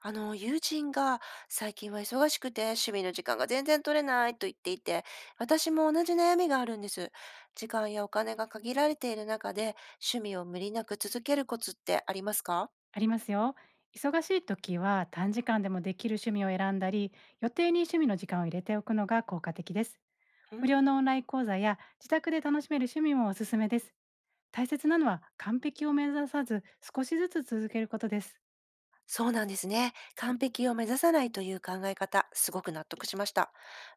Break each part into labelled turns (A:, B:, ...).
A: 友人が最近は忙しくて趣味の時間が全然取れないと言っていて、私も同じ悩みがあるんです。時間やお金が限られている中で趣味を無理なく続けるコツってありますか？
B: ありますよ。忙しい時は短時間でもできる趣味を選んだり、予定に趣味の時間を入れておくのが効果的です。
A: う
B: 無
A: ん。
B: 料のオンライン講座や自宅で楽しめる趣味もおすすめです。大切なのは完璧を目指さず、少しずつ続けることです。
A: そうなんですね。完璧を目指さないという考え方、すごく納得しました。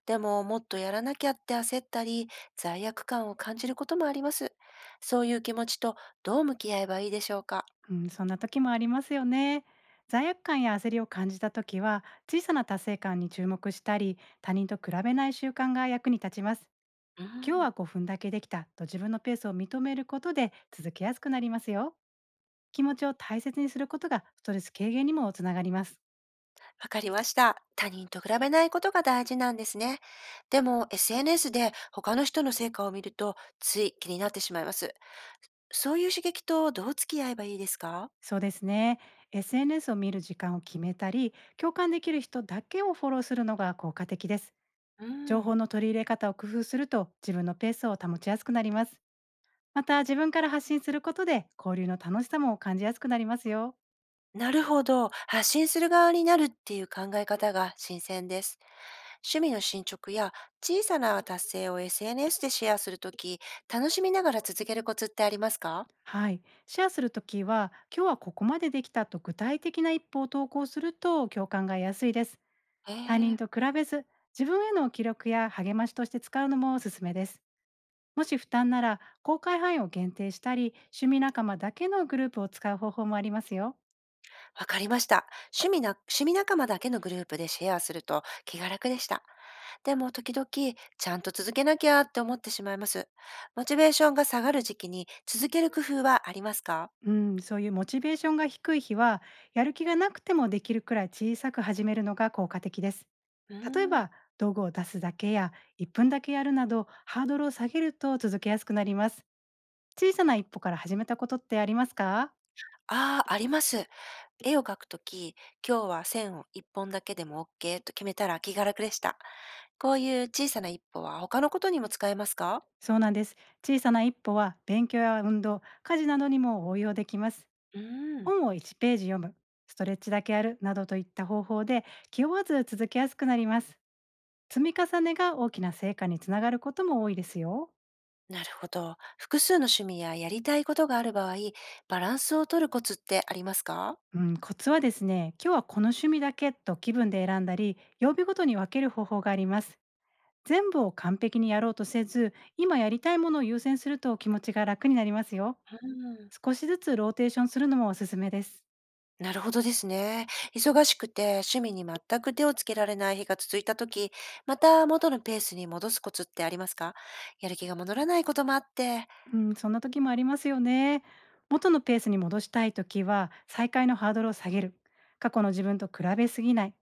A: でも、もっとやらなきゃって焦ったり、罪悪感を感じることもあります。そういう気持ちとどう向き合えばいいでしょうか？
B: うん、そんな時もありますよね。罪悪感や焦りを感じた時は、小さな達成感に注目したり他人と比べない習慣が役に立ちます。
A: う
B: 今日
A: ん。
B: は5分だけできたと、自分のペースを認めることで続けやすくなりますよ。気持ちを大切にすることがストレス軽減にもつながります。
A: わかりました。他人と比べないことが大事なんですね。でも SNS で他の人の成果を見るとつい気になってしまいます。そういう刺激とどう付き合えばいいですか？
B: そうですね。SNS を見る時間を決めたり、共感できる人だけをフォローするのが効果的です。
A: う
B: 情
A: ん。
B: 報の取り入れ方を工夫すると、自分のペースを保ちやすくなります。また、自分から発信することで交流の楽しさも感じやすくなりますよ。
A: なるほど。発信する側になるっていう考え方が新鮮です。趣味の進捗や小さな達成を SNS でシェアするとき、楽しみながら続けるコツってありますか？
B: はい。シェアするときは、今日はここまでできたと具体的な一歩を投稿すると共感が安いです。
A: え
B: 他
A: え。
B: 人と比べず、自分への記録や励ましとして使うのもおすすめです。もし負担なら、公開範囲を限定したり、趣味仲間だけのグループを使う方法もありますよ。
A: わかりました。趣味仲間だけのグループでシェアすると気が楽でした。でも時々、ちゃんと続けなきゃって思ってしまいます。モチベーションが下がる時期に続ける工夫はありますか？
B: うん、そういうモチベーションが低い日は、やる気がなくてもできるくらい小さく始めるのが効果的です。
A: う
B: 例え
A: ーん。
B: ば、道具を出すだけや1分だけやるなど、ハードルを下げると続けやすくなります。小さな一歩から始めたことってありますか？
A: ああ、あります。絵を描くとき、今日は線を一本だけでも OK と決めたら気が楽でした。こういう小さな一歩は他のことにも使えますか？
B: そうなんです。小さな一歩は勉強や運動、家事などにも応用できます。
A: うーん。
B: 本を1ページ読む、ストレッチだけやるなどといった方法で、気負わず続けやすくなります。積み重ねが大きな成果につながることも多いですよ。
A: なるほど。複数の趣味ややりたいことがある場合、バランスを取るコツってありますか？
B: うん、コツはですね、今日はこの趣味だけと気分で選んだり、曜日ごとに分ける方法があります。全部を完璧にやろうとせず、今やりたいものを優先すると気持ちが楽になりますよ。
A: うん。
B: 少しずつローテーションするのもおすすめです。
A: なるほどですね。忙しくて趣味に全く手をつけられない日が続いたとき、また元のペースに戻すコツってありますか？やる気が戻らないこともあって。
B: うん、そんな時もありますよね。元のペースに戻したい時は、再開のハードルを下げる。過去の自分と比べすぎない。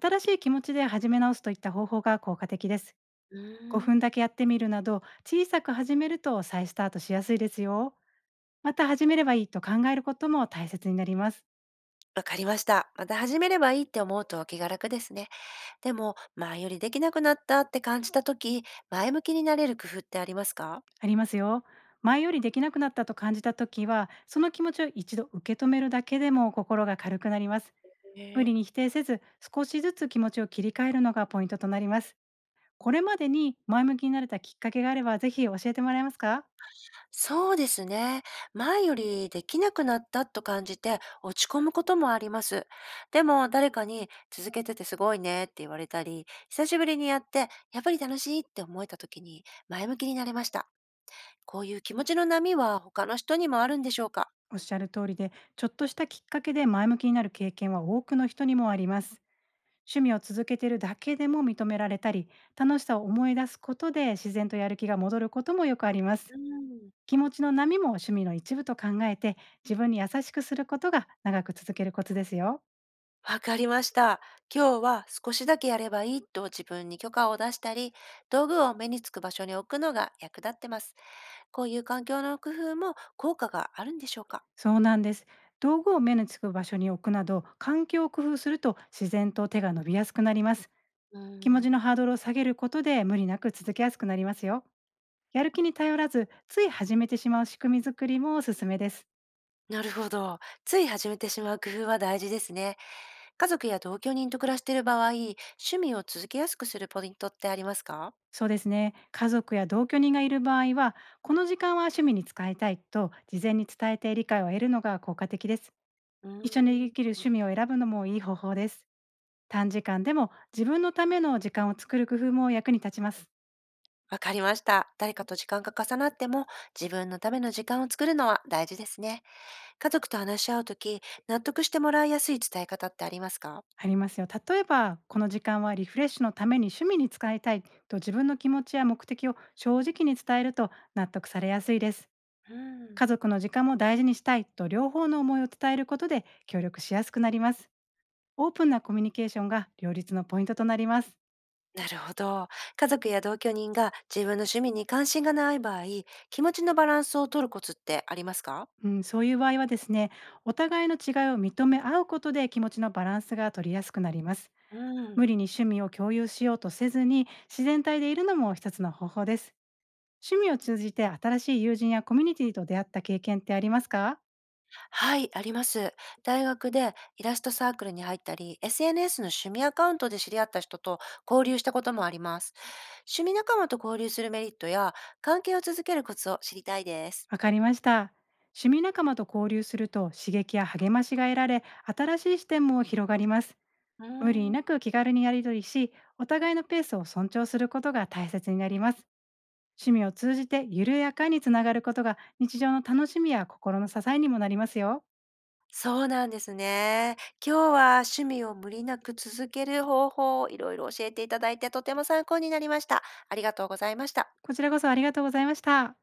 B: 新しい気持ちで始め直すといった方法が効果的です。
A: うーん。
B: 5分だけやってみるなど、小さく始めると再スタートしやすいですよ。また始めればいいと考えることも大切になります。
A: わかりました。また始めればいいって思うと気が楽ですね。でも、前よりできなくなったって感じたとき、前向きになれる工夫ってありますか？
B: ありますよ。前よりできなくなったと感じた時は、その気持ちを一度受け止めるだけでも心が軽くなります。
A: へ
B: 無
A: え。
B: 理に否定せず、少しずつ気持ちを切り替えるのがポイントとなります。これまでに前向きになれたきっかけがあれば、ぜひ教えてもらえますか？
A: そうですね。前よりできなくなったと感じて落ち込むこともあります。でも誰かに続けててすごいねって言われたり、久しぶりにやってやっぱり楽しいって思えた時に前向きになれました。こういう気持ちの波は他の人にもあるんでしょうか？
B: おっしゃる通りで、ちょっとしたきっかけで前向きになる経験は多くの人にもあります。趣味を続けているだけでも認められたり、楽しさを思い出すことで自然とやる気が戻ることもよくあります。
A: うん。
B: 気持ちの波も趣味の一部と考えて、自分に優しくすることが長く続けるコツですよ。
A: わかりました。今日は少しだけやればいいと自分に許可を出したり、道具を目につく場所に置くのが役立ってます。こういう環境の工夫も効果があるんでしょうか？
B: そうなんです。道具を目につく場所に置くなど、環境を工夫すると自然と手が伸びやすくなります。
A: う
B: 気持
A: ん。
B: ちのハードルを下げることで、無理なく続けやすくなりますよ。やる気に頼らず、つい始めてしまう仕組み作りもおすすめです。
A: なるほど。つい始めてしまう工夫は大事ですね。家族や同居人と暮らしている場合、趣味を続けやすくするポイントってありますか？
B: そうですね。家族や同居人がいる場合は、この時間は趣味に使いたいと事前に伝えて理解を得るのが効果的です。
A: うー
B: 一緒にで
A: ん。
B: きる趣味を選ぶのもいい方法です。短時間でも、自分のための時間を作る工夫も役に立ちます。
A: わかりました。誰かと時間が重なっても自分のための時間を作るのは大事ですね。家族と話し合うとき、納得してもらいやすい伝え方ってありますか？
B: ありますよ。例えば、この時間はリフレッシュのために趣味に使いたいと、自分の気持ちや目的を正直に伝えると納得されやすいです。
A: うん。
B: 家族の時間も大事にしたいと両方の思いを伝えることで協力しやすくなります。オープンなコミュニケーションが両立のポイントとなります。
A: なるほど。家族や同居人が自分の趣味に関心がない場合、気持ちのバランスを取るコツってありますか？
B: うん、そういう場合はですね、お互いの違いを認め合うことで気持ちのバランスが取りやすくなります。
A: うん。
B: 無理に趣味を共有しようとせずに自然体でいるのも一つの方法です。趣味を通じて新しい友人やコミュニティと出会った経験ってありますか？
A: はい、あります。大学でイラストサークルに入ったり、SNS の趣味アカウントで知り合った人と交流したこともあります。趣味仲間と交流するメリットや、関係を続けるコツを知りたいです。
B: わかりました。趣味仲間と交流すると刺激や励ましが得られ、新しい視点も広がります。
A: うー
B: 無理
A: ん。
B: なく気軽にやり取りし、お互いのペースを尊重することが大切になります。趣味を通じて緩やかにつながることが日常の楽しみや心の支えにもなりますよ。
A: そうなんですね。今日は趣味を無理なく続ける方法をいろいろ教えていただいてとても参考になりました。ありがとうございました。
B: こちらこそありがとうございました。